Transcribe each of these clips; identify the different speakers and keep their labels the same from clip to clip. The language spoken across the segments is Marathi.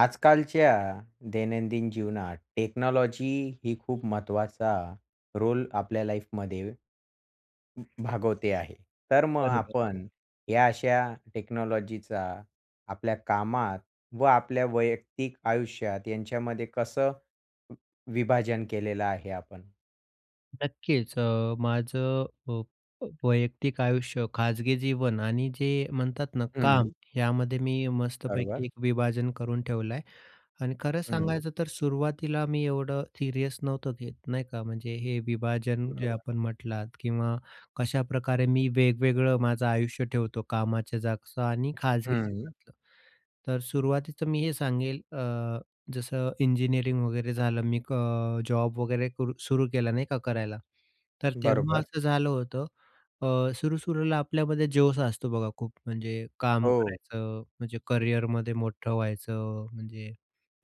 Speaker 1: आजकालच्या दैनंदिन जीवनात टेक्नॉलॉजी ही खूप महत्त्वाचा रोल आपल्या लाईफमध्ये भागवते आहे. तर मग
Speaker 2: बरोबर.
Speaker 1: आपण या अशा टेक्नॉलॉजीचा आपल्या कामात व आपल्या वैयक्तिक आयुष्यात यांच्यामध्ये कसं विभाजन केलेलं आहे आपण?
Speaker 2: नक्कीच. माझं वैयक्तिक आयुष्य, खाजगी जीवन आणि जे म्हणतात ना काम,
Speaker 1: हं,
Speaker 2: यामध्ये मी मस्तपैकी
Speaker 1: बरोबर.
Speaker 2: एक विभाजन करून ठेवलं आहे. आणि खरं
Speaker 1: हं,
Speaker 2: सांगायचं तर सुरुवातीला मी एवढं सिरियस नव्हतं घेत, नाही का. म्हणजे हे विभाजन जे
Speaker 1: बरोबर.
Speaker 2: आपण म्हटलात किंवा कशाप्रकारे मी वेगवेगळं माझं आयुष्य ठेवतो कामाच्या जागचं आणि खाजगी
Speaker 1: हं,
Speaker 2: जीवनातलं. तर सुरुवातीचं मी हे सांगेल जसं इंजिनिअरिंग वगैरे झालं मी जॉब वगैरे करू सुरू केला नाही का करायला. तर तेव्हा
Speaker 1: बरोबर.
Speaker 2: असं झालं होतं सुरू-सुरूला आपल्यामध्ये जोश असतो बघा खूप म्हणजे काम
Speaker 1: हो.
Speaker 2: करायचं, म्हणजे करिअरमध्ये मोठं व्हायचं, म्हणजे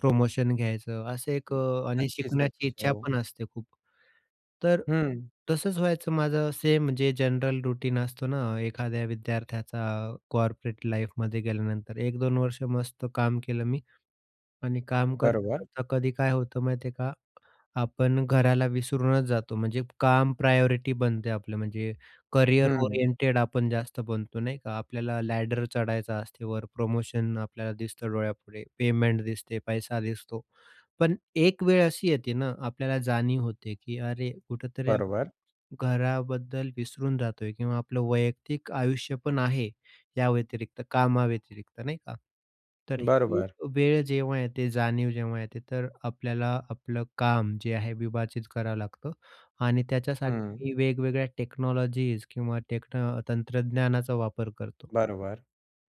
Speaker 2: प्रमोशन घ्यायचं असं एक आणि
Speaker 1: नक्कीच,
Speaker 2: शिकण्याची
Speaker 1: नक्कीच. हो.
Speaker 2: इच्छा पण असते खूप. तर
Speaker 1: हं,
Speaker 2: तसंच व्हायचं माझं सेम म्हणजे जनरल रूटीन असतो ना एखाद्या विद्यार्थ्याचा कॉर्पोरेट लाईफमध्ये गेल्यानंतर. 1-2 वर्ष मस्त काम केलं मी आणि काम
Speaker 1: बरोबर.
Speaker 2: करता-करता कधी काय होतं माहिती आहे का? आपण घराला विसरूनच जातो. म्हणजे काम प्रायोरिटी बनते आपलं म्हणजे करियर
Speaker 1: हं,
Speaker 2: ओरिएंटेड आपण जास्त बनतो नाही का? आपल्याला लॅडर चढायचा असते वर, प्रमोशन आपल्याला दिसतं डोळ्यापुढे, पेमेंट दिसते, पैसा दिसतो. पण एक वेळ अशी येते ना आपल्याला जाणीव होते, की अरे कुठेतरी
Speaker 1: बरोबर.
Speaker 2: घराबद्दल विसरून जातोय किंवा आपलं वैयक्तिक आयुष्य पण आहे, या व्यतिरिक्त कामाव्यतिरिक्त नाही का? तर ही
Speaker 1: बरोबर.
Speaker 2: वेळ जेव्हा येते, जाणीव जेव्हा येते, तर आपल्याला आपलं काम जे आहे विभाजित करावं लागतं आणि त्याच्यासाठी
Speaker 1: हं.
Speaker 2: मी वेगवेगळ्या टेक्नॉलॉजीज किंवा तंत्रज्ञानाचा वापर करतो.
Speaker 1: बरोबर.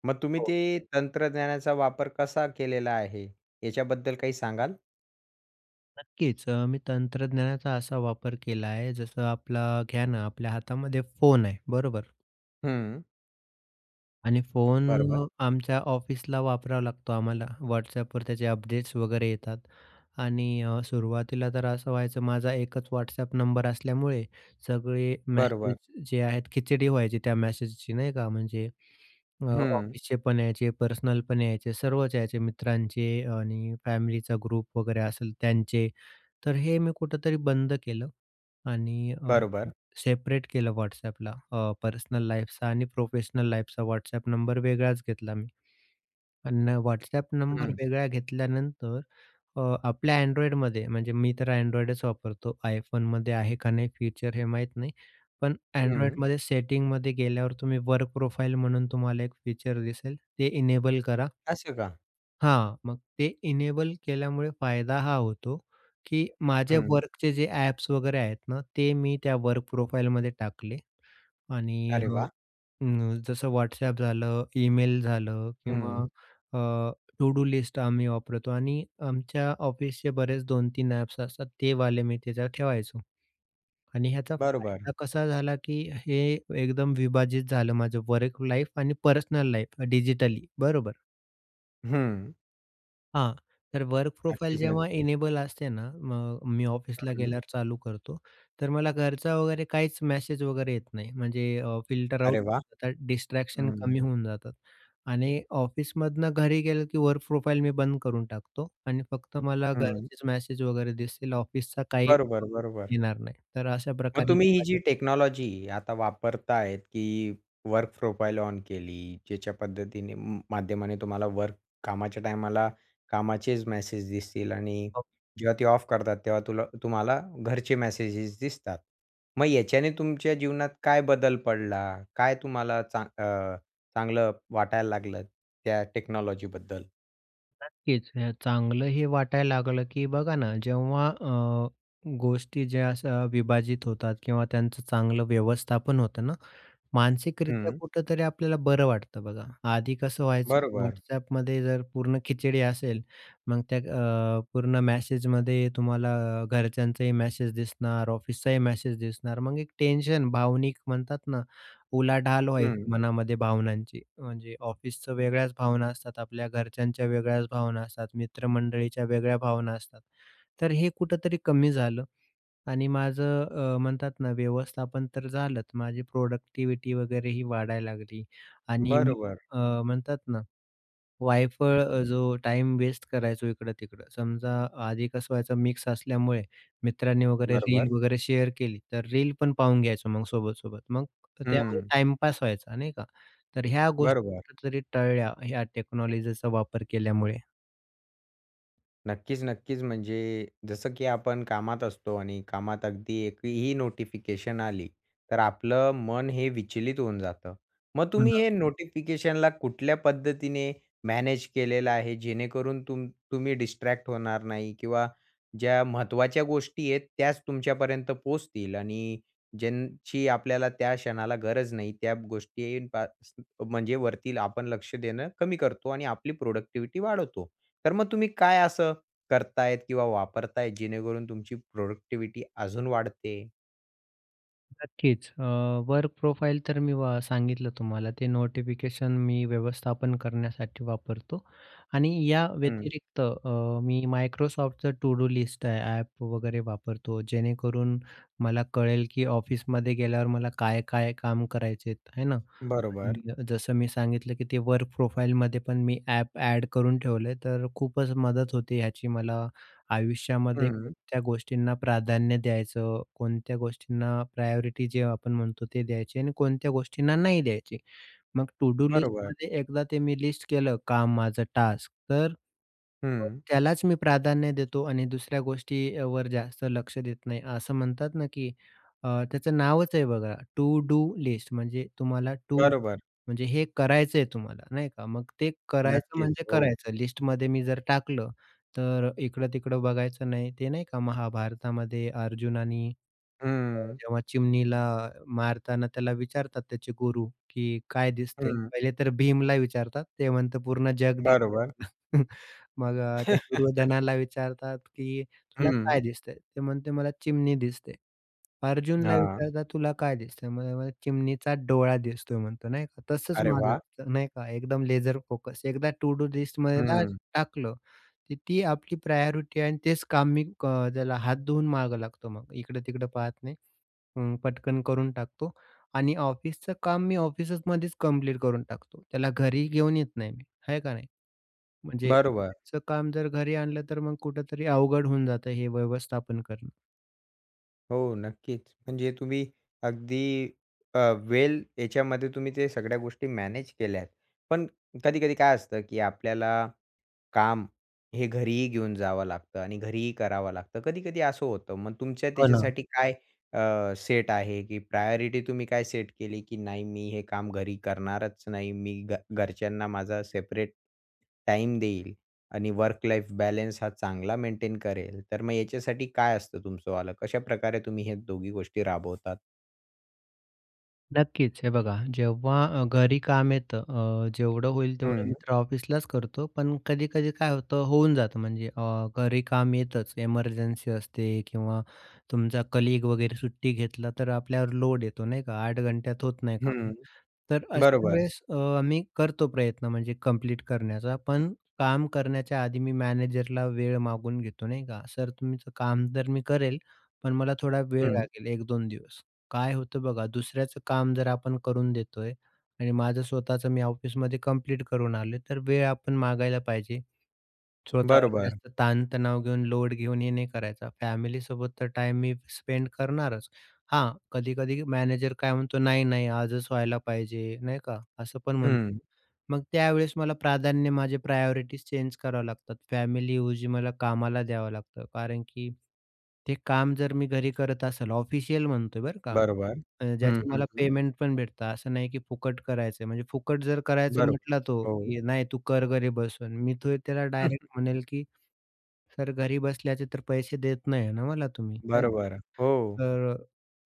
Speaker 1: मग तुम्ही
Speaker 2: हो,
Speaker 1: ते तंत्रज्ञानाचा वापर कसा केलेला आहे? याच्याबद्दल काही सांगाल?
Speaker 2: नक्कीच. मी तंत्रज्ञानाचा असा वापर केला आहे, जसं आपला घ्या ना, आपल्या हातामध्ये फोन आहे, बरोबर?
Speaker 1: हं.
Speaker 2: आणि फोन
Speaker 1: बरोबर,
Speaker 2: आमच्या ऑफिसला वापरावा लागतो आम्हाला. WhatsAppवर त्याचे अपडेट्स वगैरे येतात. आणि सुरुवातीला तर असं व्हायचं माझा एकच WhatsApp नंबर असल्यामुळे सगळे
Speaker 1: बरोबर.
Speaker 2: मेसेज जे आहेत खिचडी व्हायची त्या मेसेजची नाही का. म्हणजे
Speaker 1: हं.
Speaker 2: ऑफिसचे पण यायचे, पर्सनल पण यायचे, सर्वच यायचे मित्रांचे आणि फॅमिलीचा ग्रुप वगैरे असेल त्यांचे. तर हे मी कुठेतरी बंद केलं आणि
Speaker 1: बरोबर.
Speaker 2: सेपरेट केलं WhatsAppला पर्सनल लाईफचा आणि प्रोफेशनल लाईफचा WhatsApp नंबर वेगळाच घेतला मी. आणि WhatsApp नंबर
Speaker 1: हं,
Speaker 2: वेगळा घेतल्यानंतर अ, आपल्या Androidमध्ये म्हणजे मी तर Androidच वापरतो. iPhoneमध्ये आहे का नाही फीचर हे माहीत नाही. पण
Speaker 1: हं.
Speaker 2: Androidमध्ये सेटिंगमध्ये गेल्यावर तुम्ही वर्क प्रोफाइल म्हणून तुम्हाला एक फीचर दिसेल. ते इनेबल करा.
Speaker 1: असं का?
Speaker 2: हां, मग ते इनेबल केल्यामुळे फायदा हा होतो, की माझ्या
Speaker 1: हं.
Speaker 2: वर्कचे जे ॲप्स वगैरे आहेत ना, ते मी त्या वर्क प्रोफाइलमध्ये टाकले. आणि
Speaker 1: अरे वाह!
Speaker 2: जसं WhatsApp झालं, ईमेल झालं किंवा
Speaker 1: हं.
Speaker 2: टू डू लिस्ट आम्ही वापरतो आणि आमच्या ऑफिसचे बरेच 2-3 ॲप्स असतात ते वाले मी त्याच्यावर ठेवायचो. आणि ह्याचा
Speaker 1: बरोबर.
Speaker 2: फायदा कसा झाला, की हे एकदम विभाजित झालं माझं वर्क लाईफ आणि पर्सनल लाईफ डिजिटली बरोबर.
Speaker 1: हं.
Speaker 2: हां, तर वर्क प्रोफाइल
Speaker 1: नक्कीच,
Speaker 2: जेव्हा
Speaker 1: नक्कीच.
Speaker 2: इनेबल असते ना, मग मी ऑफिसला
Speaker 1: हं.
Speaker 2: गेल्यावर चालू करतो. तर मला घरचा वगैरे काहीच मेसेज वगैरे येत नाही. म्हणजे फिल्टर आउट
Speaker 1: अरे वाह!
Speaker 2: होतात, डिस्ट्रॅक्शन
Speaker 1: हं,
Speaker 2: कमी होऊन जातात. आणि ऑफिसमधनं घरी गेलं की वर्क प्रोफाइल मी बंद करून टाकतो आणि फक्त मला
Speaker 1: हं.
Speaker 2: घरचेच मेसेज वगैरे दिसतील. ऑफिसचा काही
Speaker 1: बरोबर, बरोबर.
Speaker 2: येणार नाही. तर अशा
Speaker 1: मग
Speaker 2: प्रकारे
Speaker 1: तुम्ही ही जी टेक्नॉलॉजी आता वापरतायत, की वर्क प्रोफाइल ऑन केली, ज्याच्या पद्धतीने माध्यमाने तुम्हाला वर्क कामाच्या टायमाला कामाचेच मेसेज दिसतील आणि जेव्हा ते ऑफ करतात, तेव्हा तुम्हाला घरचे मेसेजेस दिसतात. मग याच्याने तुमच्या जीवनात काय बदल पडला? काय तुम्हाला चांगलं वाटायला लागलं त्या टेक्नॉलॉजीबद्दल?
Speaker 2: नक्कीच. हे चांगलं हे वाटायला लागलं, की बघा ना जेव्हा गोष्टी ज्या अशा विभाजित होतात किंवा त्यांचं चांगलं व्यवस्थापन होतं ना, मानसिकरित्या
Speaker 1: हं,
Speaker 2: कुठेतरी आपल्याला बरं वाटतं बघा. आधी कसं व्हायचं
Speaker 1: बरोबर.
Speaker 2: WhatsAppमध्ये जर पूर्ण खिचडी असेल, मग त्या पूर्ण मेसेजमध्ये तुम्हाला घरच्यांचाही मेसेज दिसणार, ऑफिसचाही मेसेज दिसणार. मग एक टेन्शन भावनिक म्हणतात ना, उलाढाल
Speaker 1: हं,
Speaker 2: व्हायची मनामध्ये भावनांची. म्हणजे ऑफिसचं वेगळ्याच भावना असतात, आपल्या घरच्यांच्या वेगळ्याच भावना असतात, मित्रमंडळीच्या वेगळ्या भावना असतात. तर हे कुठेतरी कमी झालं. आणि माझं म्हणतात ना व्यवस्थापन तर झालंच. माझी प्रॉडक्टिव्हिटी वगैरे ही वाढायला लागली आणि मी
Speaker 1: बरोबर.
Speaker 2: म्हणतात ना वायफळ
Speaker 1: हं,
Speaker 2: जो टाईम वेस्ट करायचो इकडं-तिकडं. समजा आधी कसं व्हायचं मिक्स असल्यामुळे मित्रांनी वगैरे
Speaker 1: बरोबर.
Speaker 2: रील वगैरे शेअर केली, तर रील पण पाहून घ्यायचो मग सोबत-सोबत. मग त्यामध्ये
Speaker 1: हं,
Speaker 2: टाईमपास व्हायचा नाही का? तर ह्या गोष्टी
Speaker 1: बरोबर.
Speaker 2: कुठेतरी टळल्या ह्या टेक्नॉलॉजीचा वापर केल्यामुळे.
Speaker 1: नक्कीच, नक्कीच. म्हणजे जसं की आपण कामात असतो आणि कामात अगदी एकही नोटिफिकेशन आली, तर आपलं मन हे विचलित होऊन जातं. मग तुम्ही
Speaker 2: हो
Speaker 1: हे हं. नोटिफिकेशनला कुठल्या पद्धतीने मॅनेज केलेलं आहे, जेणेकरून तुम्ही डिस्ट्रॅक्ट होणार नाही किंवा ज्या महत्त्वाच्या गोष्टी आहेत, त्याच तुमच्यापर्यंत पोहोचतील आणि ज्यांची आपल्याला त्या क्षणाला गरज नाही, त्या गोष्टींपा म्हणजे वरती आपण लक्ष देणं कमी करतो आणि आपली प्रोडक्टिव्हिटी वाढवतो. तर मग तुम्ही काय असं करतायत किंवा वापरताय जेणेकरून तुमची प्रोडक्टिव्हिटी अजून वाढते?
Speaker 2: नक्कीच. वर्क प्रोफाइल तर मी सांगितलं तुम्हाला ते नोटिफिकेशन मी व्यवस्थापन करण्यासाठी वापरतो आणि या
Speaker 1: हं.
Speaker 2: व्यतिरिक्त मी Microsoftचं टू डू लिस्ट आहे ॲप वगैरे वापरतो. जेणेकरून मला कळेल की ऑफिसमध्ये गेल्यावर मला काय-काय काम करायचे आहे ना?
Speaker 1: बरोबर.
Speaker 2: आणि जसं मी सांगितलं की ते वर्क प्रोफाइलमध्ये पण मी ॲप ॲड करून ठेवलंय, तर खूपच मदत होते ह्याची मला. आयुष्यामध्ये
Speaker 1: हं.
Speaker 2: कोणत्या गोष्टींना प्राधान्य द्यायचं, कोणत्या गोष्टींना प्रायोरिटी जे आपण म्हणतो ते द्यायची आणि कोणत्या गोष्टींना नाही द्यायची. मग टू डू
Speaker 1: बरोबर.
Speaker 2: लिस्टमध्ये एकदा ते मी लिस्ट केलं काम माझं टास्क, तर हो,
Speaker 1: हं.
Speaker 2: त्यालाच मी प्राधान्य देतो आणि दुसऱ्या गोष्टीवर जास्त लक्ष देत नाही. असं म्हणतात ना, की त्याचं नावच आहे बघा टू डू लिस्ट म्हणजे तुम्हाला टू
Speaker 1: बरोबर.
Speaker 2: म्हणजे हे करायचंय तुम्हाला नाही का? मग ते करायचं
Speaker 1: नक्कीच.
Speaker 2: म्हणजे
Speaker 1: हो.
Speaker 2: करायचं. लिस्टमध्ये मी जर टाकलं, तर इकडं-तिकडं बघायचं नाही. ते नाही का महाभारतामध्ये अर्जुन
Speaker 1: हं.
Speaker 2: जेव्हा चिमणीला मारताना त्याला विचारतात त्याचे गुरु, की "काय दिसतंय?"
Speaker 1: हं.
Speaker 2: पहिले तर भीमला विचारतात. ते म्हणतं, "पूर्ण जग दिसतंय."
Speaker 1: बरोबर.
Speaker 2: मग त्या दुर्योधनाला विचारतात, की "तुला
Speaker 1: हं.
Speaker 2: काय दिसतंय?" ते म्हणते, "मला चिमणी दिसते." अर्जुनला
Speaker 1: हां.
Speaker 2: विचारतात, "तुला काय दिसतंय?" "मला चिमणीचा डोळा दिसतोय" म्हणतो, नाही का. तसंच
Speaker 1: अरे
Speaker 2: माझं
Speaker 1: वाह!
Speaker 2: असतं, नाही का. एकदम लेझर फोकस. एकदा टू डू लिस्टमध्ये ला
Speaker 1: हं.
Speaker 2: टाकलं, की ती आपली प्रायोरिटी आणि तेच काम मी क त्याला हात धुवून मागे लागतो मग. इकडं-तिकडं पाहत नाही. पटकन करून टाकतो आणि ऑफिसचं काम मी ऑफिसमध्येच कंप्लीट करून टाकतो. त्याला घरी घेऊन येत नाही मी, आहे का नाही? म्हणजे
Speaker 1: बरोबर.
Speaker 2: ऑफिसचं काम जर घरी आणलं, तर मग कुठेतरी अवघड होऊन जातं हे व्यवस्थापन करणं.
Speaker 1: हो, नक्कीच. म्हणजे तुम्ही अगदी अ, वेल याच्यामध्ये तुम्ही ते सगळ्या गोष्टी मॅनेज केल्यात. पण कधी-कधी काय असतं, की आपल्याला काम हे घरीही घेऊन जावं लागतं आणि घरीही करावं लागतं. कधी-कधी असं होतं. मग तुमच्या
Speaker 2: हो ना.
Speaker 1: त्याच्यासाठी काय सेट आहे, की प्रायोरिटी तुम्ही काय सेट केली, की नाही मी हे काम घरी करणारच नाही. मी घ घरच्यांना माझा सेपरेट टाइम देईल आणि वर्क लाईफ बॅलन्स हा चांगला मेंटेन करेल. तर मग याच्यासाठी काय असतं तुमचंवालं? कशाप्रकारे तुम्ही हे दोघी गोष्टी राबवतात?
Speaker 2: नक्कीच. हे बघा, जेव्हा घरी काम येतं जेवढं होईल तेवढं
Speaker 1: हं,
Speaker 2: मी तर ऑफिसलाच करतो. पण कधी-कधी काय होतं, होऊन जातं म्हणजे घरी काम येतंच. एमर्जन्सी असते किंवा तुमचा कलीग वगैरे सुट्टी घेतला, तर आपल्यावर लोड येतो नाही का, 8 घंट्यात होत नाही काम.
Speaker 1: हं.
Speaker 2: तर अशा
Speaker 1: बरोबर.
Speaker 2: वेळेस मी करतो प्रयत्न म्हणजे कंप्लीट करण्याचा, पण काम करण्याच्या आधी मी मॅनेजरला वेळ मागून घेतो नाही का? "सर तुमचं काम तर मी करेल, पण मला थोडा वेळ
Speaker 1: हं.
Speaker 2: लागेल 1-2 दिवस." काय होतं बघा दुसऱ्याचं काम जर आपण करून देतोय आणि माझं स्वतःचं मी ऑफिसमध्ये कंप्लीट करून आलोय, तर वेळ आपण मागायला पाहिजे. स्वतःवर
Speaker 1: बरोबर.
Speaker 2: जास्त ताणतणाव घेऊन लोड घेऊन हे नाही करायचा. फॅमिलीसोबत तर टाइम मी स्पेंड करणारच. हां, कधी-कधी मॅनेजर काय म्हणतो, "नाही, नाही आजच व्हायला पाहिजे," नाही का? असं पण म्हणतो.
Speaker 1: हं.
Speaker 2: मग त्यावेळेस मला प्राधान्य माझे प्रायोरिटीज चेंज करावे लागतात. फॅमिलीऐवजी मला कामाला द्यावं लागतं. कारण की ते काम जर मी घरी करत असेल, ऑफिशियल म्हणतोय बरं का,
Speaker 1: बरोबर. हं,
Speaker 2: ज्याचे
Speaker 1: हं,
Speaker 2: मला
Speaker 1: हं.
Speaker 2: पेमेंट पण भेटतं. असं नाही की फुकट करायचं म्हणजे फुकट जर करायचं
Speaker 1: बरोबर.
Speaker 2: म्हटला तो,
Speaker 1: हो.
Speaker 2: की "नाही तू कर घरी बसून." मी तो त्याला डायरेक्ट म्हणेल, की "सर घरी बसल्याचे तर पैसे देत नाही ना मला तुम्ही."
Speaker 1: बरोबर. हो,
Speaker 2: तर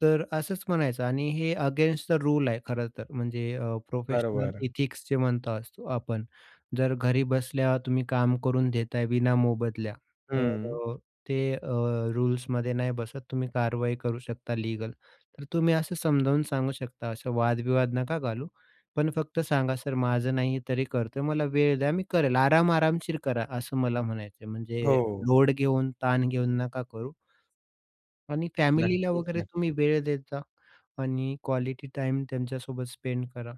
Speaker 2: तर असंच म्हणायचं आणि हे अगेन्स्ट द रूल आहे खरं तर. म्हणजे प्रोफेशनल
Speaker 1: बरोबर.
Speaker 2: एथिक्स जे म्हणतो असतो आपण. जर घरी बसल्या तुम्ही काम करून देताय विना मोबदल्या, तर
Speaker 1: हं.
Speaker 2: अ, ते रूल्समध्ये नाही बसत. तुम्ही कारवाई करू शकता लीगल. तर तुम्ही असं समजावून सांगू शकता. असं वादविवाद नका घालू. पण फक्त सांगा, "सर माझं नाही तरी करतोय. मला वेळ द्या मी करेल." आराम-आरामशीर करा असं मला म्हणायचं म्हणजे
Speaker 1: हो.
Speaker 2: लोड घेऊन, ताण घेऊन नका करू. आणि फॅमिलीला
Speaker 1: नक्कीच,
Speaker 2: वगैरे
Speaker 1: नक्कीच.
Speaker 2: तुम्ही वेळ देता आणि क्वालिटी टाइम त्यांच्यासोबत स्पेंड करा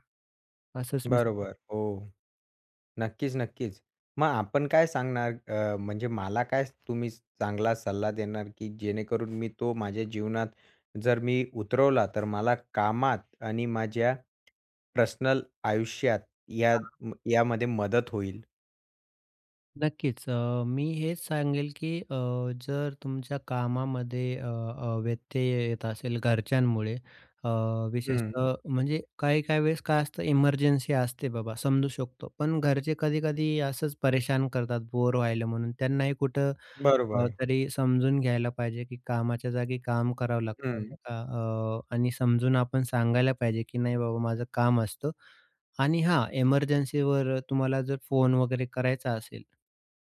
Speaker 2: असंच मी
Speaker 1: बरोबर. हो. नक्कीच, नक्कीच. मग आपण काय सांगणार, म्हणजे मला काय तुम्ही चांगला सल्ला देणार, की जेणेकरून मी तो माझ्या जीवनात जर मी उतरवला, तर मला कामात आणि माझ्या पर्सनल आयुष्यात या यामध्ये मदत होईल?
Speaker 2: नक्कीच. मी हेच सांगेल की जर तुमच्या कामामध्ये अ, अ, व्यत्यय येत असेल घरच्यांमुळे अ,
Speaker 1: हं.
Speaker 2: विशेषतः म्हणजे काही-काही वेळेस काय असतं इमर्जन्सी असते बाबा समजू शकतो. पण घरचे कधी-कधी असंच परेशान करतात बोर व्हायला म्हणून. त्यांनाही कुठं
Speaker 1: बरोबर.
Speaker 2: तरी समजून घ्यायला पाहिजे, की कामाच्या जागी काम करावं लागतं
Speaker 1: हं.
Speaker 2: नाही का? आणि समजून आपण सांगायला पाहिजे, की "नाही बाबा माझं काम असतं." आणि हां, एमर्जन्सीवर तुम्हाला जर फोन वगैरे करायचा असेल,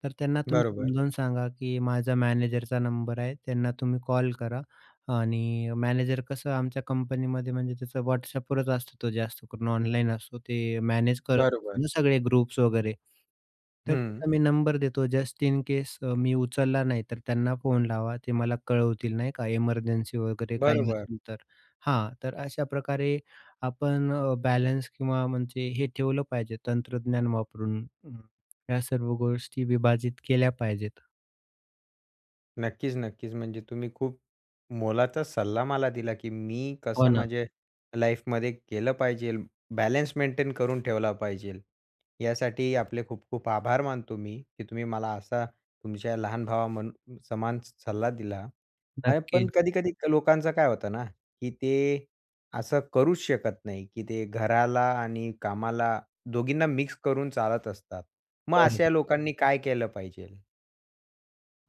Speaker 2: तर त्यांना तुम्ही
Speaker 1: बरोबर.
Speaker 2: समजावून सांगा, की "माझा मॅनेजरचा नंबर आहे, त्यांना तुम्ही कॉल करा." आणि मॅनेजर कसं आमच्या कंपनीमध्ये म्हणजे त्याचं WhatsAppवरच असतो तो जास्त करून, ऑनलाईन असतो. ते मॅनेज करत
Speaker 1: बरोबर.
Speaker 2: नाही ना सगळे ग्रुप्स वगैरे. तर
Speaker 1: हं.
Speaker 2: त्याचा मी नंबर देतो जस्ट इन केस मी उचलला नाही तर त्यांना फोन लावा. ते मला कळवतील नाही का इमर्जन्सी वगैरे काही
Speaker 1: बरोबर.
Speaker 2: असेल तर. हां, तर अशा प्रकारे आपण बॅलन्स किंवा म्हणजे हे ठेवलं पाहिजे तंत्रज्ञान वापरून. या सर्व गोष्टी विभाजित केल्या पाहिजेत.
Speaker 1: नक्कीच, नक्कीच. म्हणजे तुम्ही खूप मोलाचा सल्ला मला दिला, की मी
Speaker 2: हो
Speaker 1: कसं
Speaker 2: ना.
Speaker 1: माझ्या लाईफमध्ये केलं पाहिजे, बॅलन्स मेंटेन करून ठेवला पाहिजे. यासाठी आपले खूप खूप आभार मानतो मी, की तुम्ही मला असा तुमच्या लहान भावा म्हण समान सल्ला दिला. अरे, पण
Speaker 2: नक्कीच.
Speaker 1: कधी-कधी लोकांचं काय होतं ना, की ते असं करूच शकत नाही, की ते घराला आणि कामाला दोघींना मिक्स करून चालत असतात. मग अशा
Speaker 2: बरोबर.
Speaker 1: लोकांनी काय केलं पाहिजे?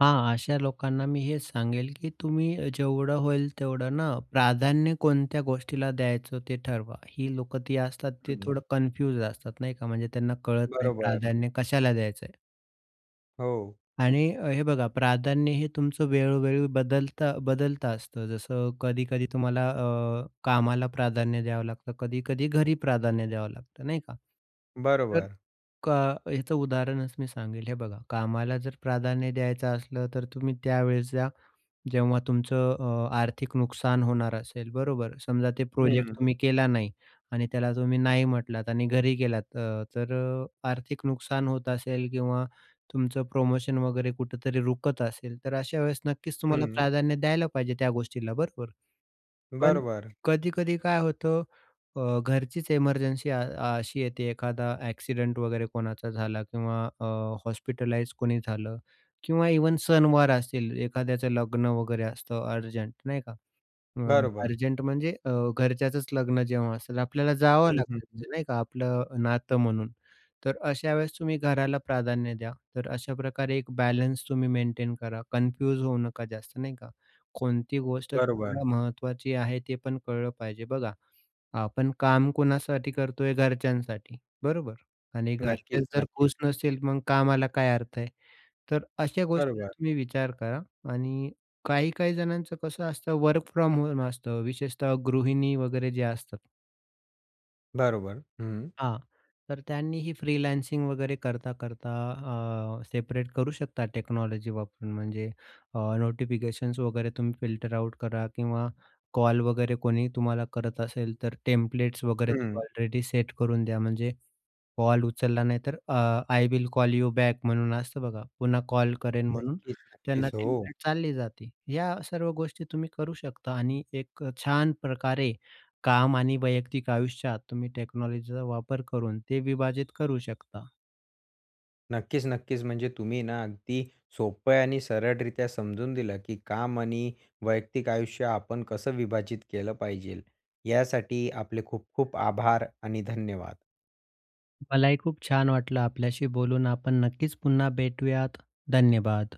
Speaker 2: हां, अशा लोकांना मी हेच सांगेल, की तुम्ही जेवढं होईल तेवढं ना प्राधान्य कोणत्या गोष्टीला द्यायचं ते ठरवा. ही लोकं ती असतात ते
Speaker 1: हं,
Speaker 2: थोडं कन्फ्यूज असतात नाही का, म्हणजे त्यांना कळत नाही
Speaker 1: बरोबर.
Speaker 2: प्राधान्य कशाला द्यायचं आहे.
Speaker 1: हो.
Speaker 2: आणि हे बघा प्राधान्य हे तुमचं वेळोवेळी बदलता बदलतं असतं. जसं कधी-कधी तुम्हाला कामाला प्राधान्य द्यावं लागतं, कधी-कधी घरी प्राधान्य द्यावं लागतं नाही का?
Speaker 1: बरोबर.
Speaker 2: का ह्याचं उदाहरणच मी सांगेल. हे बघा, कामाला जर प्राधान्य द्यायचं असलं, तर तुम्ही त्यावेळेस द्या, जेव्हा तुमचं आर्थिक नुकसान होणार असेल, बरोबर. समजा ते प्रोजेक्ट
Speaker 1: हं,
Speaker 2: तुम्ही केला नाही आणि त्याला तुम्ही नाही म्हटलात आणि घरी गेलात तर आर्थिक नुकसान होत असेल किंवा तुमचं प्रमोशन वगैरे कुठेतरी रुकत असेल, तर अशा वेळेस नक्कीच तुम्हाला
Speaker 1: हं.
Speaker 2: प्राधान्य द्यायला पाहिजे त्या गोष्टीला, बरोबर. पण
Speaker 1: बरोबर,
Speaker 2: कधी-कधी काय होतं घरचीच इमर्जन्सी अशी येते एखादा ॲक्सिडेंट वगैरे कोणाचा झाला किंवा हॉस्पिटलाइज कोणी झालं किंवा इव्हन सणवार असतील, एखाद्याचं लग्न वगैरे असतं अर्जंट नाही का? अ,
Speaker 1: बरोबर.
Speaker 2: अर्जंट म्हणजे घरच्याचंच लग्न जेव्हा असेल, आपल्याला जावं
Speaker 1: हं, हं,
Speaker 2: लागतं
Speaker 1: हं.
Speaker 2: तिथे नाही का, आपलं नातं म्हणून. तर अशा वेळेस तुम्ही घराला प्राधान्य द्या. तर अशा प्रकारे एक बॅलन्स तुम्ही मेंटेन करा. कन्फ्यूज होऊ नका जास्त नाही का. कोणती गोष्ट
Speaker 1: बरोबर.
Speaker 2: तुम्हाला महत्त्वाची आहे ते पण कळलं पाहिजे. बघा, आपण काम कोणासाठी करतोय? घरच्यांसाठी. बरोबर. आणि
Speaker 1: नक्कीच,
Speaker 2: घरचेच जर
Speaker 1: नक्कीच.
Speaker 2: खुश नसतील, मग कामाला काय अर्थ आहे? तर अशा गोष्टींचा
Speaker 1: बरोबर,
Speaker 2: तुम्ही विचार करा आणि काही-काही जणांचं कसं असतं वर्क फ्रॉम होम असतं, विशेषतः गृहिणी वगैरे जे असतात.
Speaker 1: बरोबर. हं,
Speaker 2: हां, तर त्यांनी ही फ्रीलान्सिंग वगैरे करता-करता सेपरेट करू शकता टेक्नॉलॉजी वापरून. म्हणजे नोटिफिकेशन्स वगैरे तुम्ही फिल्टर आउट करा किंवा कॉल वगैरे कोणी तुम्हाला करत असेल, तर टेम्प्लेट्स वगैरे
Speaker 1: हं.
Speaker 2: ऑलरेडी सेट करून द्या. म्हणजे कॉल उचलला नाही तर I will call you back म्हणून असतं बघा, पुन्हा कॉल करेन म्हणून
Speaker 1: नक्कीच,
Speaker 2: त्यांना
Speaker 1: नक्कीच. हो.
Speaker 2: टेम्प्लेट चालली जाते. या सर्व गोष्टी तुम्ही करू शकता आणि एक छान प्रकारे काम आणि वैयक्तिक आयुष्यात तुम्ही टेक्नॉलॉजीचा वापर करून ते विभाजित करू शकता.
Speaker 1: नक्कीच, नक्कीच. म्हणजे तुम्ही ना अगदी सोपं आणि सरळरित्या समजून दिलं, की काम आणि वैयक्तिक आयुष्य आपण कसं विभाजित केलं पाहिजे. यासाठी आपले खूप खूप आभार आणि धन्यवाद.
Speaker 2: मलाही खूप छान वाटलं आपल्याशी बोलून. आपण नक्कीच पुन्हा भेटूयात. धन्यवाद.